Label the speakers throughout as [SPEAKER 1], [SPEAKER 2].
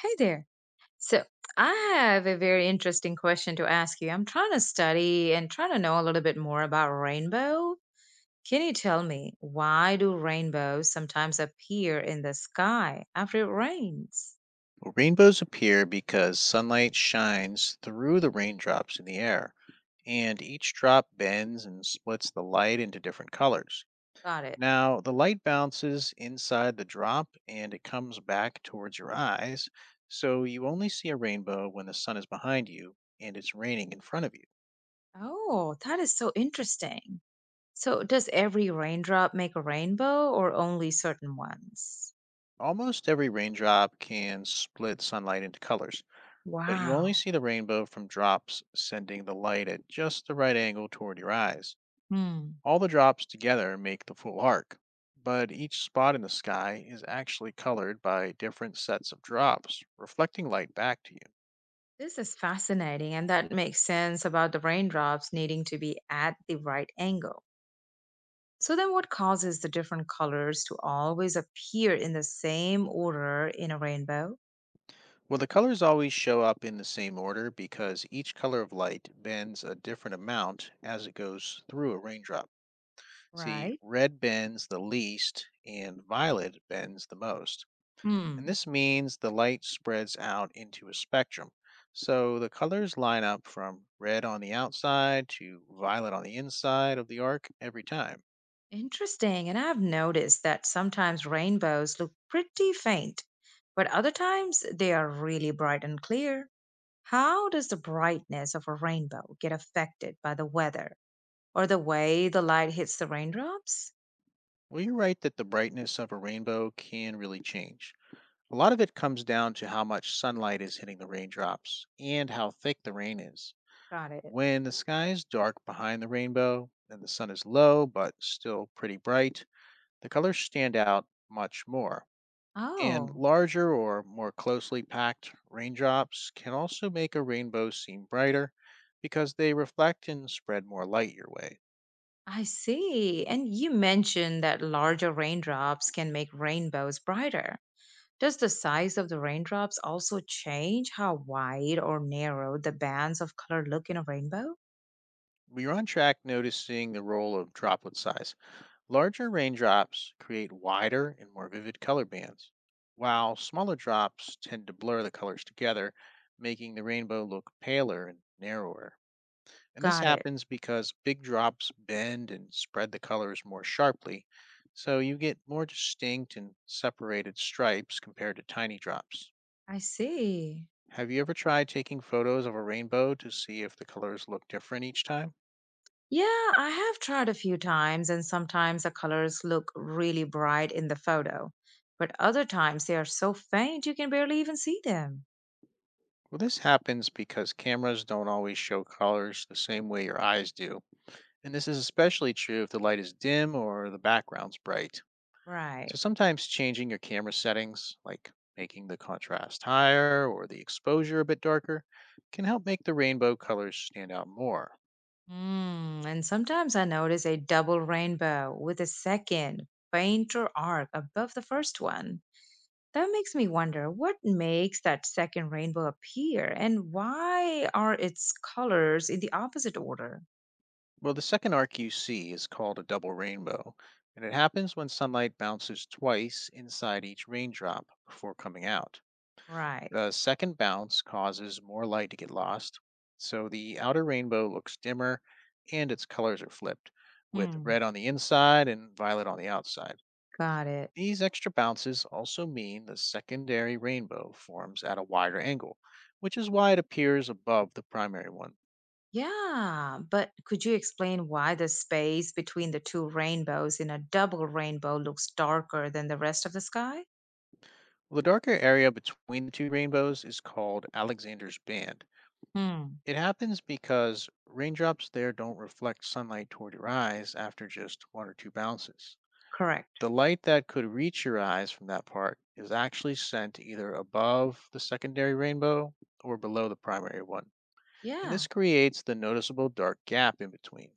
[SPEAKER 1] Hey there. So, I have a very interesting question to ask you. I'm trying to study and trying to know a little bit more about rainbow. Can you tell me why do rainbows sometimes appear in the sky after it rains?
[SPEAKER 2] Well, rainbows appear because sunlight shines through the raindrops in the air, and each drop bends and splits the light into different colors.
[SPEAKER 1] Got it.
[SPEAKER 2] Now, the light bounces inside the drop and it comes back towards your eyes, so you only see a rainbow when the sun is behind you and it's raining in front of you.
[SPEAKER 1] Oh, that is so interesting. So, does every raindrop make a rainbow or only certain ones?
[SPEAKER 2] Almost every raindrop can split sunlight into colors, but you only
[SPEAKER 1] Wow.
[SPEAKER 2] see the rainbow from drops sending the light at just the right angle toward your eyes.
[SPEAKER 1] Hmm.
[SPEAKER 2] All the drops together make the full arc, but each spot in the sky is actually colored by different sets of drops, reflecting light back to you.
[SPEAKER 1] This is fascinating, and that makes sense about the raindrops needing to be at the right angle. So then what causes the different colors to always appear in the same order in a rainbow?
[SPEAKER 2] Well, the colors always show up in the same order because each color of light bends a different amount as it goes through a raindrop. See,
[SPEAKER 1] Right.
[SPEAKER 2] red bends the least and violet bends the most, and
[SPEAKER 1] Hmm,
[SPEAKER 2] this means the light spreads out into a spectrum. So the colors line up from red on the outside to violet on the inside of the arc every time.
[SPEAKER 1] Interesting. And I've noticed that sometimes rainbows look pretty faint, but other times they are really bright and clear. How does the brightness of a rainbow get affected by the weather or the way the light hits the raindrops?
[SPEAKER 2] Well, you're right that the brightness of a rainbow can really change. A lot of it comes down to how much sunlight is hitting the raindrops and how thick the rain is.
[SPEAKER 1] Got it.
[SPEAKER 2] When the sky is dark behind the rainbow and the sun is low but still pretty bright, the colors stand out much more. And
[SPEAKER 1] Oh,
[SPEAKER 2] larger or more closely packed raindrops can also make a rainbow seem brighter because they reflect and spread more light your way.
[SPEAKER 1] I see. And you mentioned that larger raindrops can make rainbows brighter. Does the size of the raindrops also change how wide or narrow the bands of color look in a rainbow?
[SPEAKER 2] You're on track noticing the role of droplet size. Larger raindrops create wider and more vivid color bands, while smaller drops tend to blur the colors together, making the rainbow look paler and narrower. And this
[SPEAKER 1] Got it.
[SPEAKER 2] happens because big drops bend and spread the colors more sharply, so you get more distinct and separated stripes compared to tiny drops.
[SPEAKER 1] I see.
[SPEAKER 2] Have you ever tried taking photos of a rainbow to see if the colors look different each time?
[SPEAKER 1] Yeah, I have tried a few times, and sometimes the colors look really bright in the photo, but other times they are so faint you can barely even see them.
[SPEAKER 2] Well, this happens because cameras don't always show colors the same way your eyes do. And this is especially true if the light is dim or the background's bright. So
[SPEAKER 1] Right.
[SPEAKER 2] sometimes changing your camera settings, like making the contrast higher or the exposure a bit darker, can help make the rainbow colors stand out more.
[SPEAKER 1] And sometimes I notice a double rainbow with a second, fainter arc above the first one. That makes me wonder what makes that second rainbow appear and why are its colors in the opposite order?
[SPEAKER 2] Well, the second arc you see is called a double rainbow, and it happens when sunlight bounces twice inside each raindrop before coming out.
[SPEAKER 1] Right.
[SPEAKER 2] The second bounce causes more light to get lost, so the outer rainbow looks dimmer and its colors are flipped, with
[SPEAKER 1] Hmm.
[SPEAKER 2] red on the inside and violet on the outside.
[SPEAKER 1] Got it.
[SPEAKER 2] These extra bounces also mean the secondary rainbow forms at a wider angle, which is why it appears above the primary one.
[SPEAKER 1] Yeah, but could you explain why the space between the two rainbows in a double rainbow looks darker than the rest of the sky?
[SPEAKER 2] The darker area between the two rainbows is called Alexander's band.
[SPEAKER 1] Hmm.
[SPEAKER 2] It happens because raindrops there don't reflect sunlight toward your eyes after just one or two bounces.
[SPEAKER 1] Correct.
[SPEAKER 2] The light that could reach your eyes from that part is actually sent either above the secondary rainbow or below the primary one, and
[SPEAKER 1] Yeah.
[SPEAKER 2] this creates the noticeable dark gap in between.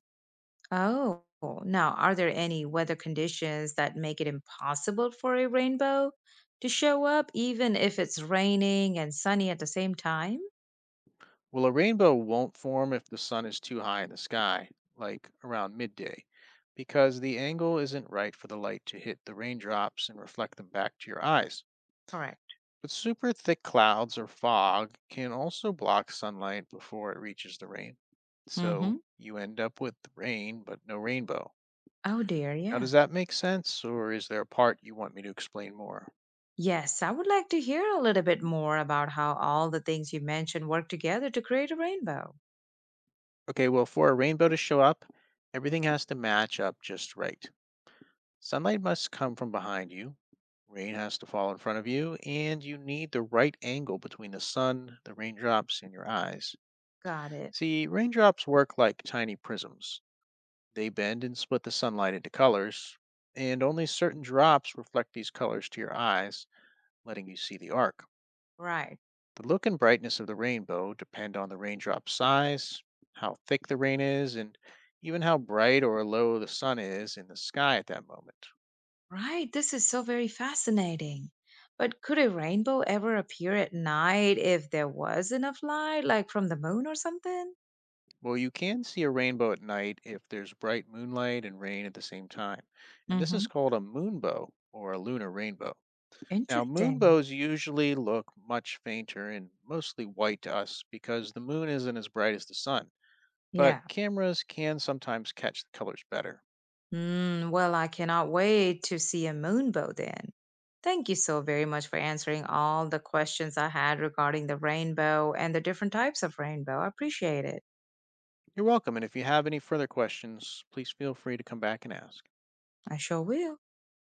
[SPEAKER 1] Oh, now are there any weather conditions that make it impossible for a rainbow to show up, even if it's raining and sunny at the same time?
[SPEAKER 2] Well, a rainbow won't form if the sun is too high in the sky, like around midday, because the angle isn't right for the light to hit the raindrops and reflect them back to your eyes.
[SPEAKER 1] Correct.
[SPEAKER 2] But super thick clouds or fog can also block sunlight before it reaches the rain. So
[SPEAKER 1] Mm-hmm.
[SPEAKER 2] you end up with rain, but no rainbow.
[SPEAKER 1] Oh dear,
[SPEAKER 2] Now,
[SPEAKER 1] yeah.
[SPEAKER 2] does that make sense, or is there a part you want me to explain more?
[SPEAKER 1] Yes, I would like to hear a little bit more about how all the things you mentioned work together to create a rainbow.
[SPEAKER 2] Okay, well, for a rainbow to show up, everything has to match up just right. Sunlight must come from behind you, rain has to fall in front of you, and you need the right angle between the sun, the raindrops, and your eyes.
[SPEAKER 1] Got it.
[SPEAKER 2] See, raindrops work like tiny prisms. They bend and split the sunlight into colors, and only certain drops reflect these colors to your eyes, letting you see the arc.
[SPEAKER 1] Right.
[SPEAKER 2] The look and brightness of the rainbow depend on the raindrop size, how thick the rain is, and even how bright or low the sun is in the sky at that moment.
[SPEAKER 1] Right. This is so very fascinating. But could a rainbow ever appear at night if there was enough light, like from the moon or something?
[SPEAKER 2] Well, you can see a rainbow at night if there's bright moonlight and rain at the same time, and this is
[SPEAKER 1] Mm-hmm.
[SPEAKER 2] called a moonbow or a lunar rainbow. Now,
[SPEAKER 1] Interesting.
[SPEAKER 2] moonbows usually look much fainter and mostly white to us because the moon isn't as bright as the sun, but
[SPEAKER 1] Yeah.
[SPEAKER 2] cameras can sometimes catch the colors better.
[SPEAKER 1] Well, I cannot wait to see a moonbow then. Thank you so very much for answering all the questions I had regarding the rainbow and the different types of rainbow. I appreciate it.
[SPEAKER 2] You're welcome, and if you have any further questions, please feel free to come back and ask.
[SPEAKER 1] I sure will.